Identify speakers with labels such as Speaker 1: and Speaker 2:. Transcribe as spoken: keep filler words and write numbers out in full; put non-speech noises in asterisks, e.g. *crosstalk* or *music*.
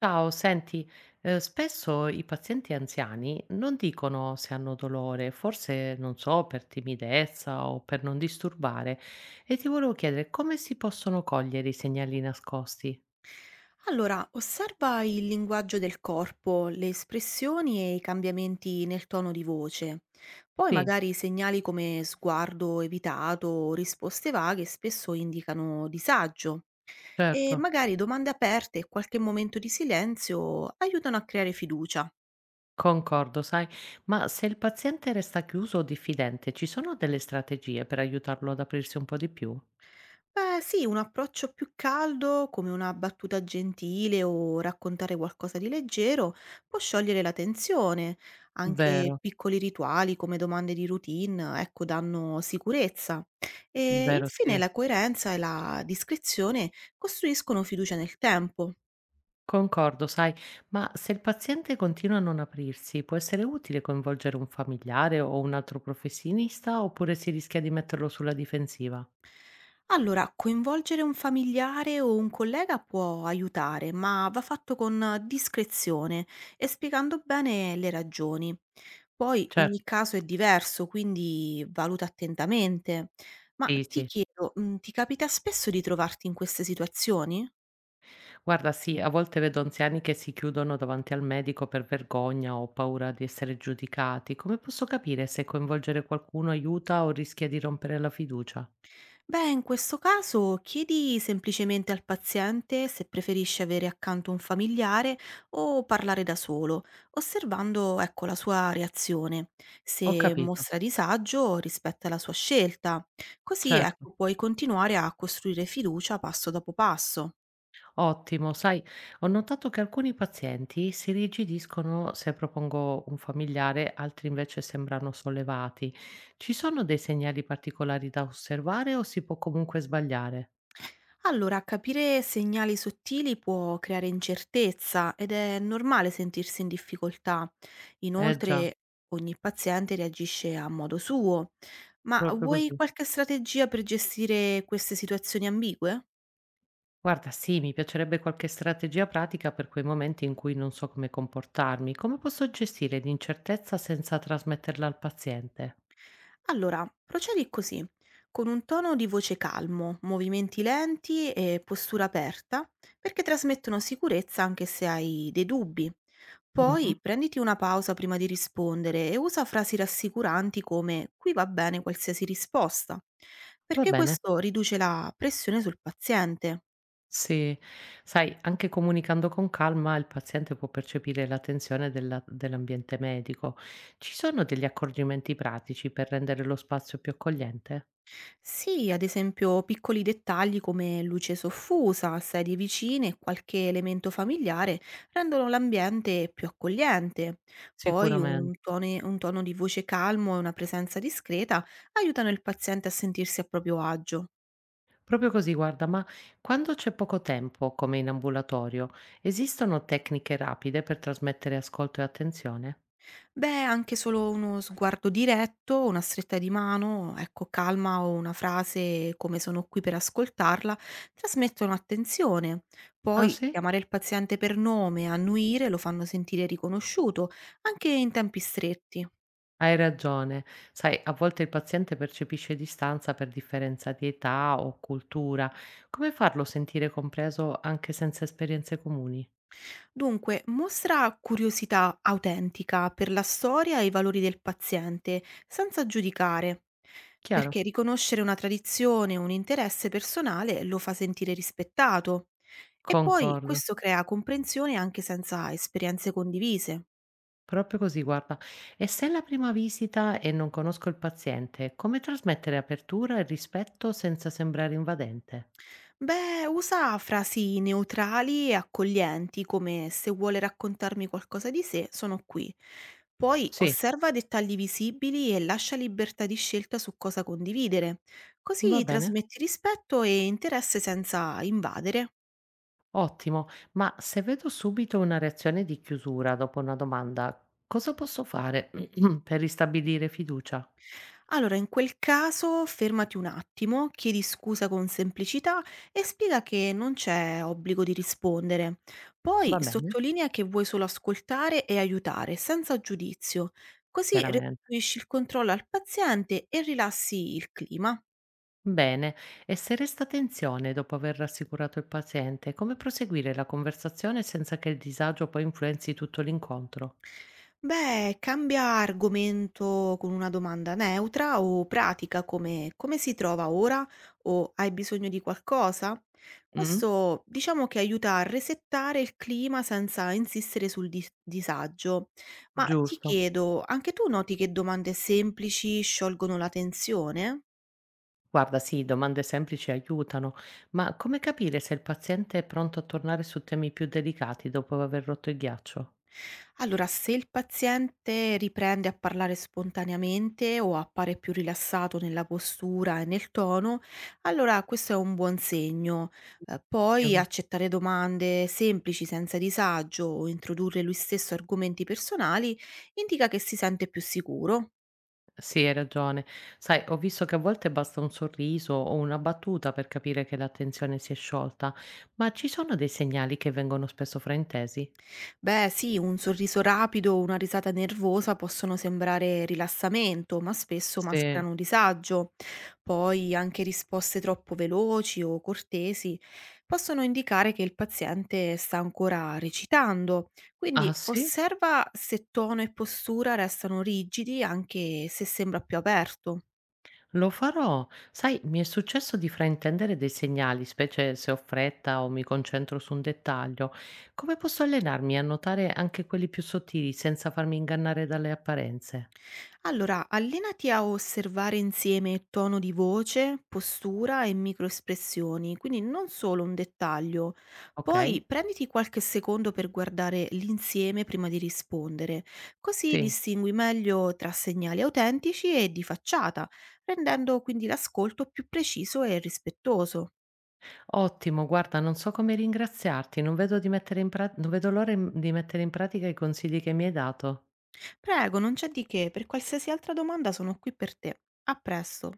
Speaker 1: Ciao, senti, eh, spesso i pazienti anziani non dicono se hanno dolore, forse non so, per timidezza o per non disturbare. E ti volevo chiedere come si possono cogliere i segnali nascosti?
Speaker 2: Allora, osserva il linguaggio del corpo, le espressioni e i cambiamenti nel tono di voce. Poi
Speaker 1: Sì,
Speaker 2: magari segnali come sguardo evitato o risposte vaghe spesso indicano disagio e
Speaker 1: certo,
Speaker 2: magari domande aperte e qualche momento di silenzio aiutano a creare fiducia.
Speaker 1: concordo, sai, ma se il paziente resta chiuso o diffidente, ci sono delle strategie per aiutarlo ad aprirsi un po' di più?
Speaker 2: Beh, sì, un approccio più caldo, come una battuta gentile o raccontare qualcosa di leggero, può sciogliere la tensione. Anche
Speaker 1: Vero,
Speaker 2: piccoli rituali come domande di routine, ecco, danno sicurezza. E
Speaker 1: vero,
Speaker 2: infine
Speaker 1: sì.
Speaker 2: la coerenza e la discrezione costruiscono fiducia nel tempo.
Speaker 1: Concordo, sai, ma se il paziente continua a non aprirsi, può essere utile coinvolgere un familiare o un altro professionista oppure si rischia di metterlo sulla difensiva?
Speaker 2: Allora, coinvolgere un familiare o un collega può aiutare, ma va fatto con discrezione e spiegando bene le ragioni. Poi ogni
Speaker 1: Certo,
Speaker 2: caso è diverso, quindi valuta attentamente. Ma
Speaker 1: sì,
Speaker 2: ti
Speaker 1: sì.
Speaker 2: chiedo, mm, ti capita spesso di trovarti in queste situazioni?
Speaker 1: Guarda, sì, a volte vedo anziani che si chiudono davanti al medico per vergogna o paura di essere giudicati. Come posso capire se coinvolgere qualcuno aiuta o rischia di rompere la fiducia?
Speaker 2: Beh, in questo caso chiedi semplicemente al paziente se preferisce avere accanto un familiare o parlare da solo, osservando, ecco, la sua reazione.
Speaker 1: Ho
Speaker 2: Se
Speaker 1: capito,
Speaker 2: mostra disagio, rispetta la sua scelta. Così,
Speaker 1: certo.
Speaker 2: ecco, puoi continuare a costruire fiducia passo dopo passo.
Speaker 1: Ottimo, sai, ho notato che alcuni pazienti si rigidiscono se propongo un familiare, altri invece sembrano sollevati. Ci sono dei segnali particolari da osservare o si può comunque sbagliare?
Speaker 2: Allora, capire segnali sottili può creare incertezza ed è normale sentirsi in difficoltà.
Speaker 1: Eh già,
Speaker 2: Inoltre, ogni paziente reagisce a modo suo. Ma
Speaker 1: proprio
Speaker 2: vuoi
Speaker 1: così.
Speaker 2: qualche strategia per gestire queste situazioni ambigue?
Speaker 1: Guarda, sì, mi piacerebbe qualche strategia pratica per quei momenti in cui non so come comportarmi. Come posso gestire l'incertezza senza trasmetterla al paziente?
Speaker 2: Allora, procedi così, con un tono di voce calmo, movimenti lenti e postura aperta, perché trasmettono sicurezza anche se hai dei dubbi. Poi
Speaker 1: Mhm.
Speaker 2: prenditi una pausa prima di rispondere e usa frasi rassicuranti come qui va bene qualsiasi risposta,
Speaker 1: Va
Speaker 2: perché
Speaker 1: bene.
Speaker 2: questo riduce la pressione sul paziente.
Speaker 1: Sì, sai, anche comunicando con calma il paziente può percepire la tensione della- dell'ambiente medico. Ci sono degli accorgimenti pratici per rendere lo spazio più accogliente?
Speaker 2: Sì, ad esempio piccoli dettagli come luce soffusa, sedie vicine e qualche elemento familiare rendono l'ambiente più accogliente. Poi un
Speaker 1: Sicuramente.
Speaker 2: tone- un tono di voce calmo e una presenza discreta aiutano il paziente a sentirsi a proprio agio.
Speaker 1: Proprio così, guarda, ma quando c'è poco tempo, come in ambulatorio, esistono tecniche rapide per trasmettere ascolto e attenzione?
Speaker 2: Beh, anche solo uno sguardo diretto, una stretta di mano, ecco, calma o una frase come "sono qui per ascoltarla", trasmettono attenzione.
Speaker 1: Ah
Speaker 2: Poi
Speaker 1: sì?
Speaker 2: chiamare il paziente per nome, annuire lo fanno sentire riconosciuto, anche in tempi stretti.
Speaker 1: Hai ragione. Sai, a volte il paziente percepisce distanza per differenza di età o cultura. Come farlo sentire compreso anche senza esperienze comuni?
Speaker 2: Dunque, mostra curiosità autentica per la storia e i valori del paziente, senza giudicare, perché
Speaker 1: Chiaro?
Speaker 2: riconoscere una tradizione o un interesse personale lo fa sentire rispettato. E poi
Speaker 1: Concordo.
Speaker 2: questo crea comprensione anche senza esperienze condivise.
Speaker 1: Proprio così, guarda. E se è la prima visita e non conosco il paziente, come trasmettere apertura e rispetto senza sembrare invadente?
Speaker 2: Beh, usa frasi neutrali e accoglienti, come se vuole raccontarmi qualcosa di sé, sono qui. Poi
Speaker 1: Sì,
Speaker 2: osserva dettagli visibili e lascia libertà di scelta su cosa condividere,
Speaker 1: va
Speaker 2: così
Speaker 1: bene.
Speaker 2: trasmetti rispetto e interesse senza invadere.
Speaker 1: Ottimo. Ma se vedo subito una reazione di chiusura dopo una domanda, cosa posso fare *clears throat* per ristabilire fiducia?
Speaker 2: Allora, in quel caso fermati un attimo, chiedi scusa con semplicità e spiega che non c'è obbligo di rispondere. Poi
Speaker 1: Va bene.
Speaker 2: sottolinea che vuoi solo ascoltare e aiutare, senza giudizio. Così
Speaker 1: Chiaramente.
Speaker 2: restituisci il controllo al paziente e rilassi il clima.
Speaker 1: Bene, e se resta tensione dopo aver rassicurato il paziente, come proseguire la conversazione senza che il disagio poi influenzi tutto l'incontro?
Speaker 2: Beh, cambia argomento con una domanda neutra o pratica come: "Come si trova ora?" o "Hai bisogno di qualcosa?"
Speaker 1: Mm?
Speaker 2: Questo diciamo che aiuta a resettare il clima senza insistere sul dis disagio. Ma ti
Speaker 1: Giusto.
Speaker 2: chiedo, anche tu noti che domande semplici sciolgono la tensione?
Speaker 1: Guarda, sì, domande semplici aiutano, ma come capire se il paziente è pronto a tornare su temi più delicati dopo aver rotto il ghiaccio?
Speaker 2: Allora, se il paziente riprende a parlare spontaneamente o appare più rilassato nella postura e nel tono, allora questo è un buon segno. Eh, poi
Speaker 1: Mm.
Speaker 2: accettare domande semplici senza disagio o introdurre lui stesso argomenti personali indica che si sente più sicuro.
Speaker 1: Sì, hai ragione. Sai, ho visto che a volte basta un sorriso o una battuta per capire che la tensione si è sciolta, ma ci sono dei segnali che vengono spesso fraintesi?
Speaker 2: Beh, sì, un sorriso rapido o una risata nervosa possono sembrare rilassamento, ma spesso
Speaker 1: Sì.
Speaker 2: mascherano un disagio. Poi anche risposte troppo veloci o cortesi possono indicare che il paziente sta ancora recitando. Quindi
Speaker 1: Ah sì?
Speaker 2: osserva se tono e postura restano rigidi anche se sembra più aperto.
Speaker 1: Lo farò. Sai, mi è successo di fraintendere dei segnali, specie se ho fretta o mi concentro su un dettaglio. Come posso allenarmi a notare anche quelli più sottili senza farmi ingannare dalle apparenze?
Speaker 2: Allora, allenati a osservare insieme tono di voce, postura e microespressioni, quindi non solo un dettaglio.
Speaker 1: Ok?
Speaker 2: Poi prenditi qualche secondo per guardare l'insieme prima di rispondere, così
Speaker 1: Sì.
Speaker 2: distingui meglio tra segnali autentici e di facciata, rendendo quindi l'ascolto più preciso e rispettoso.
Speaker 1: Ottimo, guarda, non so come ringraziarti, non vedo di mettere in pra- non vedo l'ora in- di mettere in pratica i consigli che mi hai dato.
Speaker 2: Prego, non c'è di che, per qualsiasi altra domanda sono qui per te. A presto.